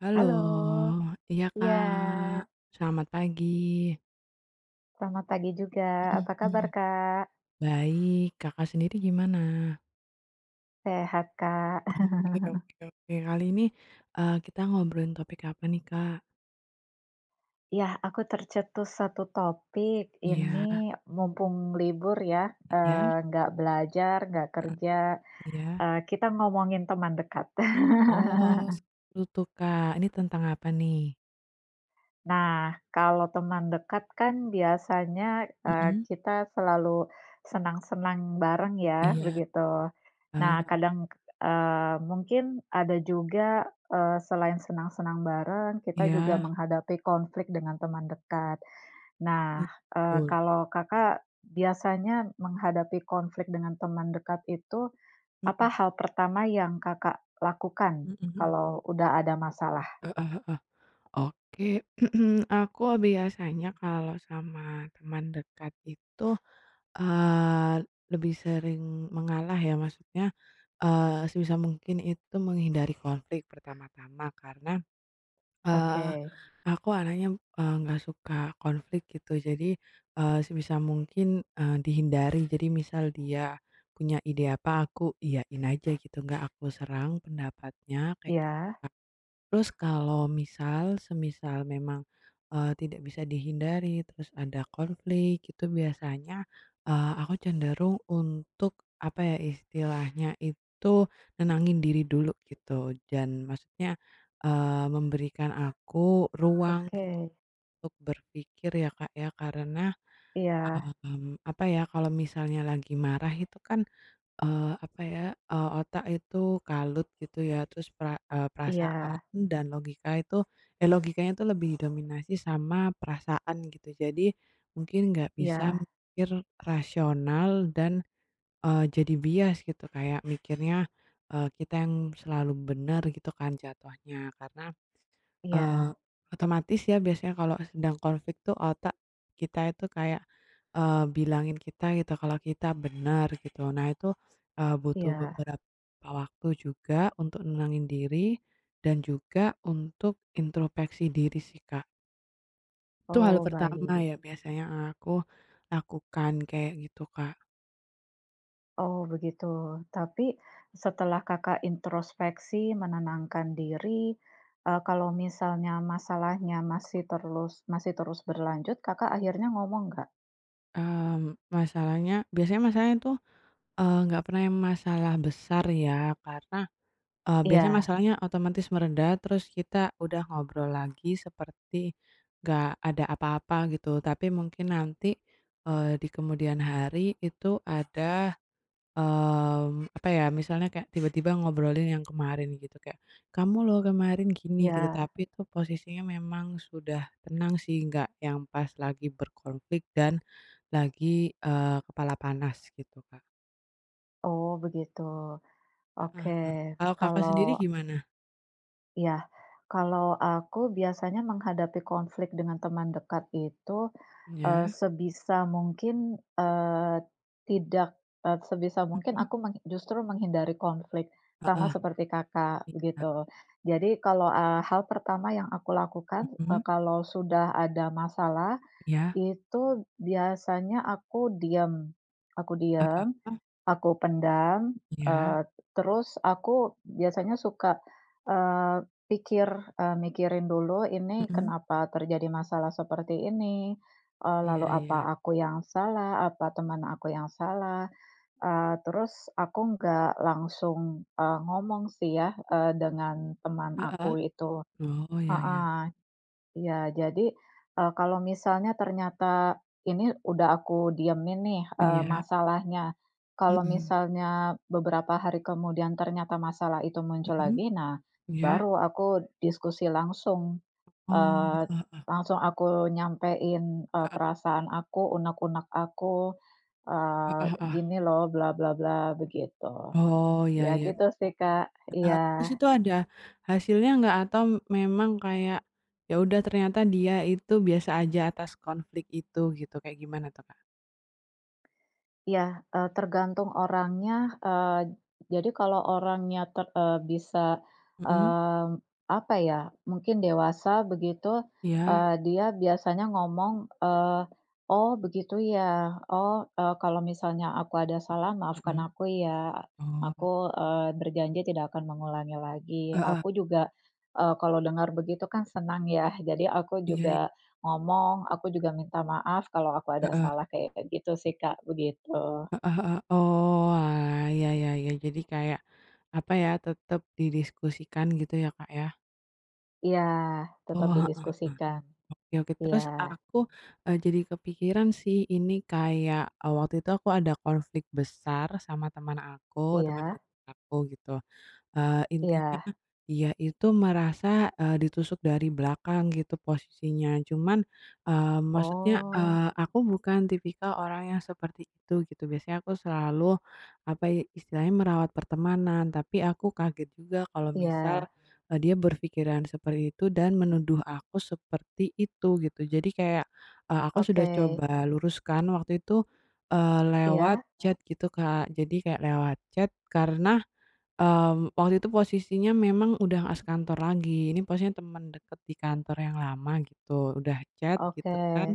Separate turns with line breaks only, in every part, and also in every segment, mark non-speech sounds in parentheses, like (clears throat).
Halo,
Halo,
iya Kak,
iya,
selamat pagi.
selamat pagi juga.
Mhm
Apa kabar,
mhm.
Kak?
Baik, Kakak sendiri gimana?
Sehat, Kak.
Oke oke oke. Kali ini, kita ngobrolin topik apa nih Kak?
Ya, aku tercetus satu topik.
Iya.
Ini mumpung libur ya,
Iya?
nggak belajar, nggak kerja,
Iya?
kita ngomongin teman dekat. (laughs)
Oh. Seru tuh Kak, ini tentang apa nih?
Nah, kalau teman dekat kan biasanya,
Mhm,
kita selalu senang-senang bareng ya,
iya.
begitu. Nah,
Ah,
kadang, mungkin ada juga, selain senang-senang bareng, kita juga
iya.
menghadapi konflik dengan teman dekat.
I
Nah,
Betul.
kalau Kakak biasanya menghadapi konflik dengan teman dekat itu, apa
Mhm,
hal pertama yang Kakak lakukan
mhm mhm.
kalau udah ada masalah?
Heeh heeh. Oke, (clears throat) aku biasanya kalau sama teman dekat itu Eee, lebih sering mengalah ya, maksudnya, sebisa mungkin itu menghindari konflik pertama-tama karena,
Oke,
eee, aku anaknya, nggak suka konflik gitu. Jadi, sebisa mungkin, dihindari. Jadi misal dia punya ide apa aku iyain aja gitu, nggak aku serang pendapatnya kayak gitu.
ya,
Terus kalau misal, semisal memang, tidak bisa dihindari, terus ada konflik itu biasanya, aku cenderung untuk, apa ya istilahnya itu, nenangin diri dulu gitu. Dan maksudnya, memberikan aku ruang gitu
oke.
untuk berpikir ya Kak ya, karena,
Iya,
apa ya, kalau misalnya lagi marah itu kan, apa ya, otak itu kalut gitu ya. Terus perasaan
iya,
dan logika itu, eh, logikanya itu lebih didominasi sama perasaan gitu. Jadi mungkin nggak bisa
iya,
mikir rasional dan, jadi bias gitu, kayak mikirnya, kita yang selalu benar gitu kan jatuhnya, karena, Eee,
iya,
otomatis ya biasanya kalau sedang konflik tuh otak kita itu kayak, bilangin kita gitu kalau kita benar gitu. Nah itu, butuh
iya.
beberapa waktu juga untuk nenangin diri dan juga untuk introspeksi diri sih, Kak. Itu hal
Oh,
pertama
baik.
ya biasanya yang aku lakukan kayak gitu, Kak.
Oh, begitu. Tapi setelah Kakak introspeksi, menenangkan diri, kalau misalnya masalahnya masih terus berlanjut, Kakak akhirnya ngomong nggak?
Masalahnya biasanya masalahnya tuh, nggak pernah yang masalah besar ya, karena biasanya
Iya,
masalahnya otomatis mereda, terus kita udah ngobrol lagi seperti gak ada apa-apa gitu. Tapi mungkin nanti, di kemudian hari itu ada, apa ya, misalnya kayak tiba-tiba ngobrolin yang kemarin gitu, kayak, "Kamu loh kemarin gini," gitu.
iya.
Tapi itu posisinya memang sudah tenang sih, nggak yang pas lagi berkonflik dan lagi, kepala panas gitu, Kak.
Oh, begitu.
Heeh.
Oke.
Kalau Kakak
Kalau
sendiri gimana?
ya, kalau aku biasanya menghadapi konflik dengan teman dekat itu,
Ya.
sebisa mungkin, tidak sebisa mungkin
Mhm.
aku justru menghindari konflik, sama
Heeh,
seperti Kakak,
iya.
gitu. Jadi kalau, hal pertama yang aku lakukan,
Mhm,
kalau sudah ada masalah
iya,
itu biasanya aku diam, aku diam,
heeh,
aku pendam,
iya,
eee, terus aku biasanya suka, pikir, mikirin dulu ini
mhm,
kenapa terjadi masalah seperti ini, lalu
iya iya,
apa aku yang salah, apa teman aku yang salah, terus aku nggak langsung, ngomong sih ya, dengan teman aku
heeh,
itu.
oh, iya iya,
Heeh. Iya, jadi, kalau misalnya ternyata ini udah aku diemin nih,
iya,
masalahnya. Kalau
mhm,
misalnya beberapa hari kemudian ternyata masalah itu muncul
mhm,
lagi, nah
iya,
baru aku diskusi langsung,
oh,
eee,
heeh
langsung aku nyampein, perasaan aku, unek-unek aku, eee,
heeh heeh,
"Gini loh, bla bla bla," begitu.
oh, iya
Ya
iya,
gitu sih, Kak.
heeh, terus
Iya.
itu ada hasilnya nggak atau memang kayak, ya udah ternyata dia itu biasa aja atas konflik itu gitu, kayak gimana tuh, Kak?
Ya tergantung orangnya, jadi kalau orangnya bisa,
Mhm,
mmm, apa ya, mungkin dewasa begitu,
iya,
dia biasanya ngomong, "Oh begitu ya, oh, kalau misalnya aku ada salah maafkan
mhm,
aku ya,
oh,
aku, berjanji tidak akan mengulangi lagi."
heeh,
Aku juga, kalau dengar begitu kan senang ya, (laughs) jadi aku
iya, iya,
juga ngomong, aku juga minta maaf kalau aku ada
heeh.
salah kayak gitu sih, Kak, begitu.
Heeh heeh. Oh, alah, iya iya iya. Jadi kayak, apa ya, tetap didiskusikan gitu ya, Kak, ya?
Iya, tetap
Oh, heeh heeh.
didiskusikan.
Oke oke.
Iya,
Terus aku, jadi kepikiran sih ini, kayak, waktu itu aku ada konflik besar sama teman aku, teman
iya,
dekat aku gitu. Intinya
iya,
dia itu merasa, ditusuk dari belakang gitu posisinya. Cuman, maksudnya,
oh,
aku bukan tipikal orang yang seperti itu gitu. Biasanya aku selalu, apa ya, istilahnya merawat pertemanan, tapi aku kaget juga kalau misal,
iya,
dia berpikiran seperti itu dan menuduh aku seperti itu gitu. Jadi kayak, aku sudah
oke,
coba luruskan waktu itu, lewat
iya,
chat gitu, Kak. Jadi kayak lewat chat karena, waktu itu posisinya memang udah nggak sekantor lagi, ini posisinya teman deket di kantor yang lama gitu, udah chat gitu
oke,
kan.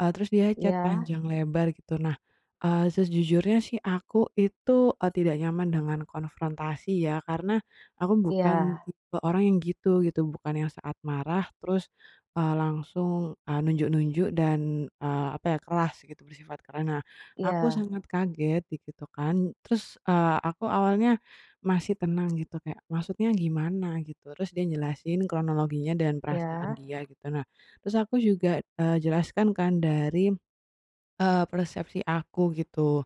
Terus dia chat
iya,
panjang lebar gitu. Nah, sejujurnya sih aku itu, tidak nyaman dengan konfrontasi ya, karena aku
iya,
bukan tipe orang yang gitu, gitu. Bukan yang saat marah terus, langsung, nunjuk-nunjuk dan, apa ya, keras gitu, bersifat karena aku
iya,
sangat kaget gitu kan. Terus, aku awalnya masih tenang gitu, kayak, "Maksudnya gimana?" gitu. Terus dia jelasin kronologinya dan perasaan
iya,
dia gitu. Nah, terus aku juga, jelaskan kan dari, persepsi aku gitu.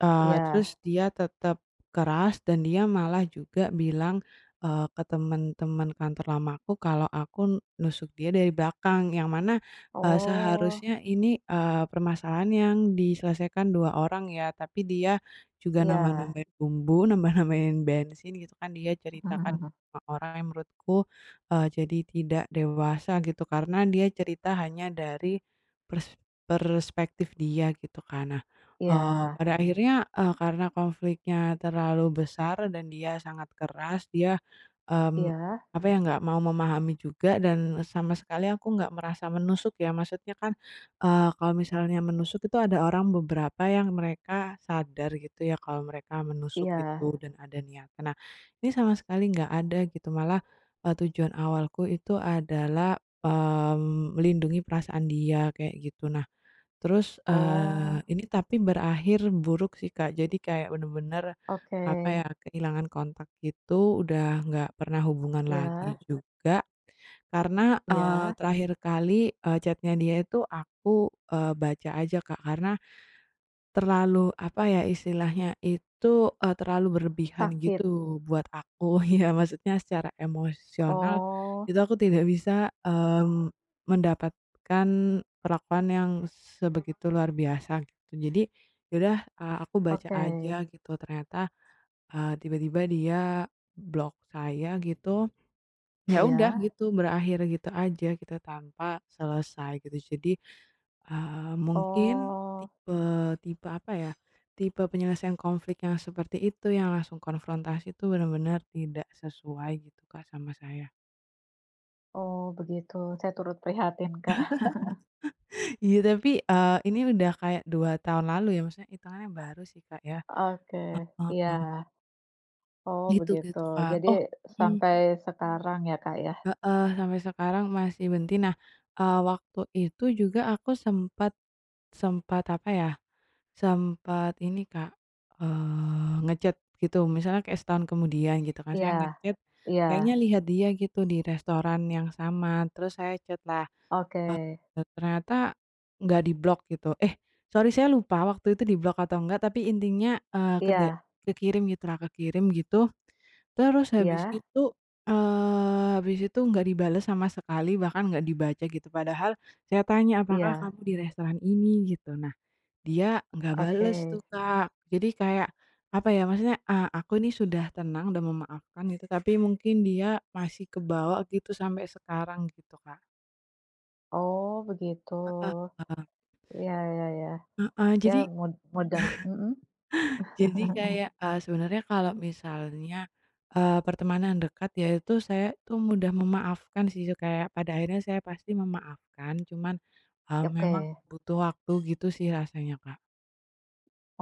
Terus
iya,
dia tetap keras dan dia malah juga bilang, ke teman-teman kantor lamaku kalau aku nusuk dia dari belakang, yang mana,
oh,
seharusnya ini, permasalahan yang diselesaikan 2 orang ya, tapi dia juga
iya,
nambah-nambahin bumbu, (laughs) nambah-nambahin bensin gitu kan, dia ceritakan
(laughs)
ke orang yang menurutku, jadi tidak dewasa gitu, karena dia cerita hanya dari pers perspektif dia gitu kan. Nah,
iya,
Pada akhirnya, karena konfliknya terlalu besar dan dia sangat keras, dia, mmm,
iya,
apa ya, nggak mau memahami juga, dan sama sekali aku nggak merasa menusuk ya. Maksudnya kan, kalau misalnya menusuk itu ada orang beberapa yang mereka sadar gitu ya kalau mereka menusuk
iya,
gitu dan ada niatan. Nah, ini sama sekali nggak ada gitu, malah, tujuan awalku itu adalah, melindungi perasaan dia kayak gitu. Nah terus,
oh,
ini tapi berakhir buruk sih, Kak. Jadi kayak bener-bener,
oke,
apa ya, kehilangan kontak gitu, udah nggak pernah hubungan lagi
iya,
juga. Karena,
iya,
terakhir kali, chat dia itu aku, baca aja, Kak, karena terlalu, apa ya istilahnya, itu, terlalu berlebihan
sakit,
gitu buat aku. (laughs) Ya maksudnya, secara emosional
oh,
itu aku tidak bisa, mendapatkan perlakuan yang sebegitu luar biasa gitu. Jadi ya udah, eh, aku baca
oke,
aja gitu. Ternyata, tiba-tiba dia blok saya gitu, ya udah
iya.
gitu berakhir gitu aja gitu tanpa selesai gitu. Jadi mungkin
Oh,
tipe, apa ya, tipe penyelesaian konflik yang seperti itu yang langsung konfrontasi itu benar-benar tidak sesuai gitu Kak sama saya.
oh, begitu, saya turut prihatin, Kak.
(laughs) Iya tapi, ini udah kayak 2 tahun lalu ya, maksudnya hitungannya baru sih Kak ya,
(laughs) Oke, iya.
heeh,
Oh,
gitu
begitu,
gitu Kak.
Jadi
Oh, mhm,
sampai sekarang ya, Kak, ya?
heeh, sampai sekarang masih benci. Nah, waktu itu juga aku sempat sempat apa ya, sempat ini Kak, eee, nge gitu, misalnya kayak setahun kemudian gitu kan, saya
Iya,
kayaknya
iya,
lihat dia gitu di restoran yang sama, terus saya chat lah,
oke.
ternyata nggak diblok gitu. Eh, sorry saya lupa waktu itu diblok atau enggak, tapi intinya,
Iya,
kekirim gitulah, kekirim gitu. Terus
iya,
habis itu nggak dibales sama sekali, bahkan nggak dibaca gitu, padahal saya tanya, "Apakah
iya,
kamu di restoran ini?" gitu. Dia nggak
oke.
bales tuh, Kak. Jadi kayak, apa ya, maksudnya, aku ini sudah tenang, udah memaafkan gitu, tapi mungkin dia masih kebawa gitu sampai sekarang gitu, Kak.
Oh, begitu.
Heeh.
Iya, iya, iya.
Heeh,
Ya
jadi
mudah, mhm. (laughs)
jadi kayak, sebenarnya kalau misalnya, pertemanan dekat ya, itu saya tuh mudah memaafkan sih, kayak pada akhirnya saya pasti memaafkan, cuman, memang
Oke.
butuh waktu gitu sih rasanya, Kak.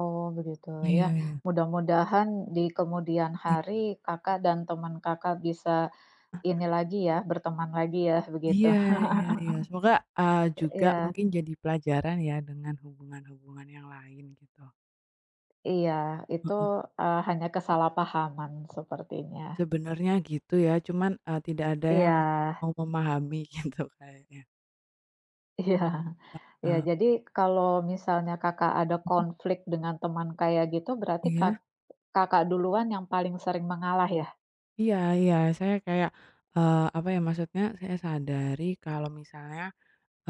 Oh, begitu, ya
Iya iya.
mudah-mudahan di kemudian
I
hari Kakak dan teman Kakak bisa ini lagi ya, berteman lagi ya, begitu.
Iya iya iya. Semoga, juga
Iya,
mungkin jadi pelajaran ya dengan hubungan-hubungan yang lain gitu. (laughs)
iya, itu, hanya kesalahpahaman sepertinya.
Sebenarnya gitu ya, cuman, tidak ada yang
Iya,
mau memahami (laughs) gitu kayaknya.
iya, iya,
Eee,
jadi kalau misalnya Kakak ada konflik dengan teman kayak gitu, berarti kak
iya
Kakak duluan yang paling sering mengalah ya?
iya iya. Saya kayak, apa ya, maksudnya saya sadari kalau misalnya,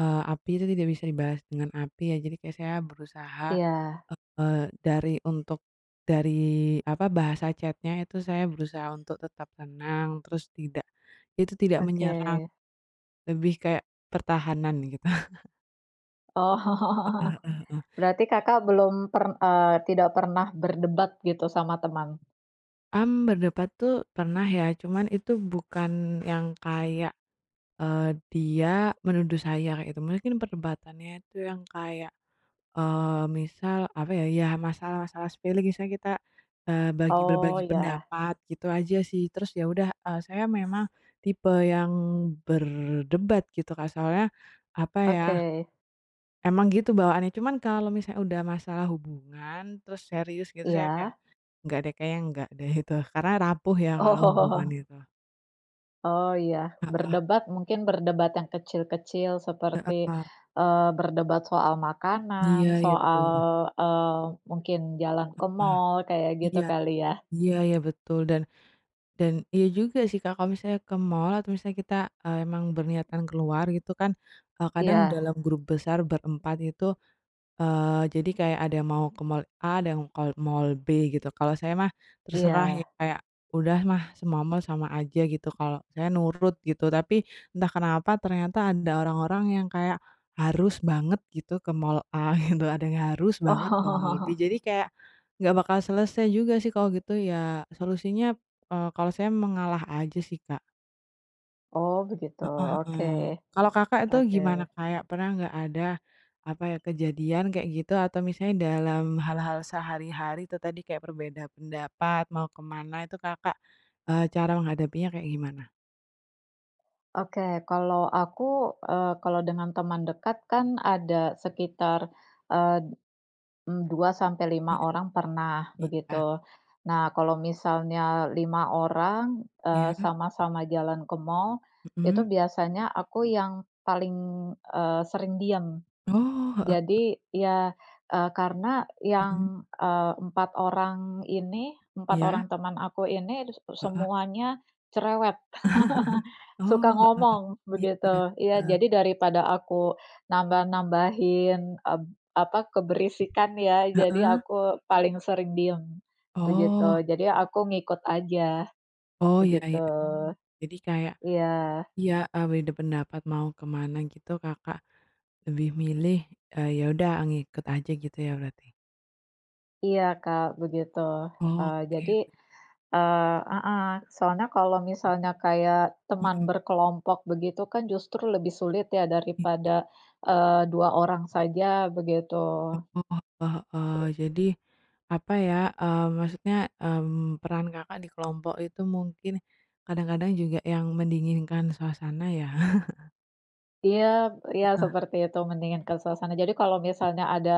api itu tidak bisa dibahas dengan api ya. Jadi kayak saya berusaha,
Iya,
Dari untuk dari apa, bahasa chatnya itu saya berusaha untuk tetap tenang, terus tidak, itu tidak
oke.
menyerang, lebih kayak pertahanan gitu. (laughs)
Oh,
Heeh
(laughs)
heeh.
berarti Kakak belum tidak pernah berdebat gitu sama teman?
(laughs) Berdebat tuh pernah ya, cuman itu bukan yang kayak, dia menuduh saya kayak itu, mungkin perdebatannya itu yang kayak, eh misal apa ya, ya masalah-masalah sepele, misalnya kita, eh
Oh,
berbagi
ya,
pendapat gitu aja sih. Terus ya udah, saya memang tipe yang berdebat gitu Kak, soalnya apa ya,
oke,
emang gitu bawaannya. Cuman kalau misalnya udah masalah hubungan terus serius gitu saya kayak,
iya?
"Nggak deh, kayaknya nggak deh," itu. Karena rapuh ya kalau hubungan
Oh. (laughs)
itu.
Oh, iya,
Heeh
berdebat mungkin berdebat yang kecil-kecil
heeh.
seperti,
Heeh.
berdebat soal makanan,
Iya iya betul.
soal, eee, mungkin jalan ke
Heeh.
mall kayak gitu
Iya
kali ya?
iya iya betul, dan iya juga sih, Kak, kalau misalnya ke mall atau misalnya kita, emang berniatan keluar gitu kan, kadang
Iya,
dalam grup besar berempat itu, jadi kayak ada mau ke mall A, ada yang mall B gitu. Kalau saya mah terserah ya,
iya.
kayak udah mah semua mall sama aja gitu, kalau saya nurut gitu. Tapi entah kenapa ternyata ada orang-orang yang kayak harus banget gitu ke mall A (laughs) gitu, ada yang harus banget ke mall B.
Oh, (laughs)
Jadi kayak nggak bakal selesai juga sih kalau gitu ya, solusinya, kalau saya mengalah aja sih, Kak.
oh, begitu,
Heeh
oke,
heeh. Kalau Kakak itu
oke,
gimana,
mhm.
kayak pernah nggak ada, apa ya, kejadian kayak gitu, atau misalnya dalam hal-hal sehari-hari itu tadi kayak berbeda pendapat, mau kemana itu Kakak, cara menghadapinya kayak gimana?
oke. Kalau aku, kalau dengan teman dekat kan ada sekitar, eh, 2 sampai lima
Iya
orang pernah,
iya
begitu. Nah, kalau misalnya 5 orang,
iya.
sama-sama jalan ke mall, itu
Mhm.
biasanya aku yang paling, sering diem.
Oh, heeh,
Jadi ya, karena yang,
mhm,
4 orang ini, empat orang
iya,
teman aku ini, se
heeh.
semuanya cerewet, Ah,
(laughs)
suka
Oh, heeh heeh.
ngomong
Iya iya,
begitu. Iya,
heeh.
jadi daripada aku nambah-nambahin, eb apa, keberisikan ya, jadi
Heeh.
aku paling sering diem,
Oh
begitu. Jadi aku ngikut aja,
oh, ya
begitu.
ya,
Mmm.
jadi kayak,
Iya,
ya beda pendapat mau kemana gitu Kakak lebih milih, ya udah ngikut aja gitu ya berarti?
iya, Kak, begitu.
Oke.
Jadi, heeh, soalnya kalau misalnya kayak teman
Mhm.
berkelompok begitu kan justru lebih sulit ya
I
daripada, 2 orang saja, begitu.
oh. Heeh heeh. Jadi apa ya, maksudnya, peran Kakak di kelompok itu mungkin kadang-kadang juga yang mendinginkan suasana ya? Heeh.
Iya, iya,
(laughs)
seperti itu, mendingin ke suasana. Jadi kalau misalnya ada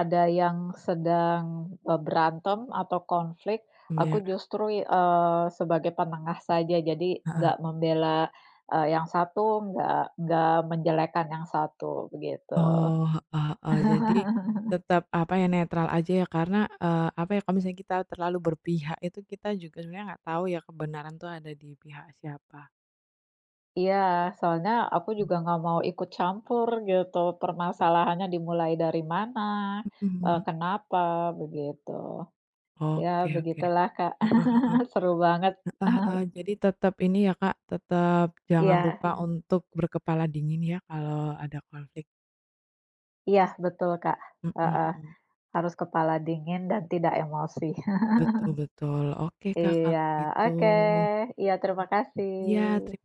ada yang sedang, berantem atau konflik,
Mmm,
aku
ya.
justru, sebagai penengah saja. Jadi
Heeh.
nggak membela, yang satu, nggak nggak menjelekkan yang satu, begitu.
Oh, heeh, heeh. Jadi
(laughs)
tetap apa ya, netral aja ya, karena, apa ya, kalau misalnya kita terlalu berpihak itu kita juga sebenarnya nggak tahu ya kebenaran tuh ada di pihak siapa.
Iya, soalnya aku juga nggak mau ikut campur gitu, permasalahannya dimulai dari mana,
Mhm.
kenapa, begitu. Ya
Oke oke.
begitulah, Kak,
Heeh heeh
(laughs) seru banget.
heeh heeh. Jadi tetap ini ya, Kak, tetap jangan
Iya.
lupa untuk berkepala dingin ya kalau ada konflik.
Iya, betul, Kak,
Mhm
heeh,
mhm.
harus kepala dingin dan tidak emosi. (laughs)
Betul betul. Oke, Kak, kalau
Iya,
gitu.
oke, iya, terima kasih.
Iya, teri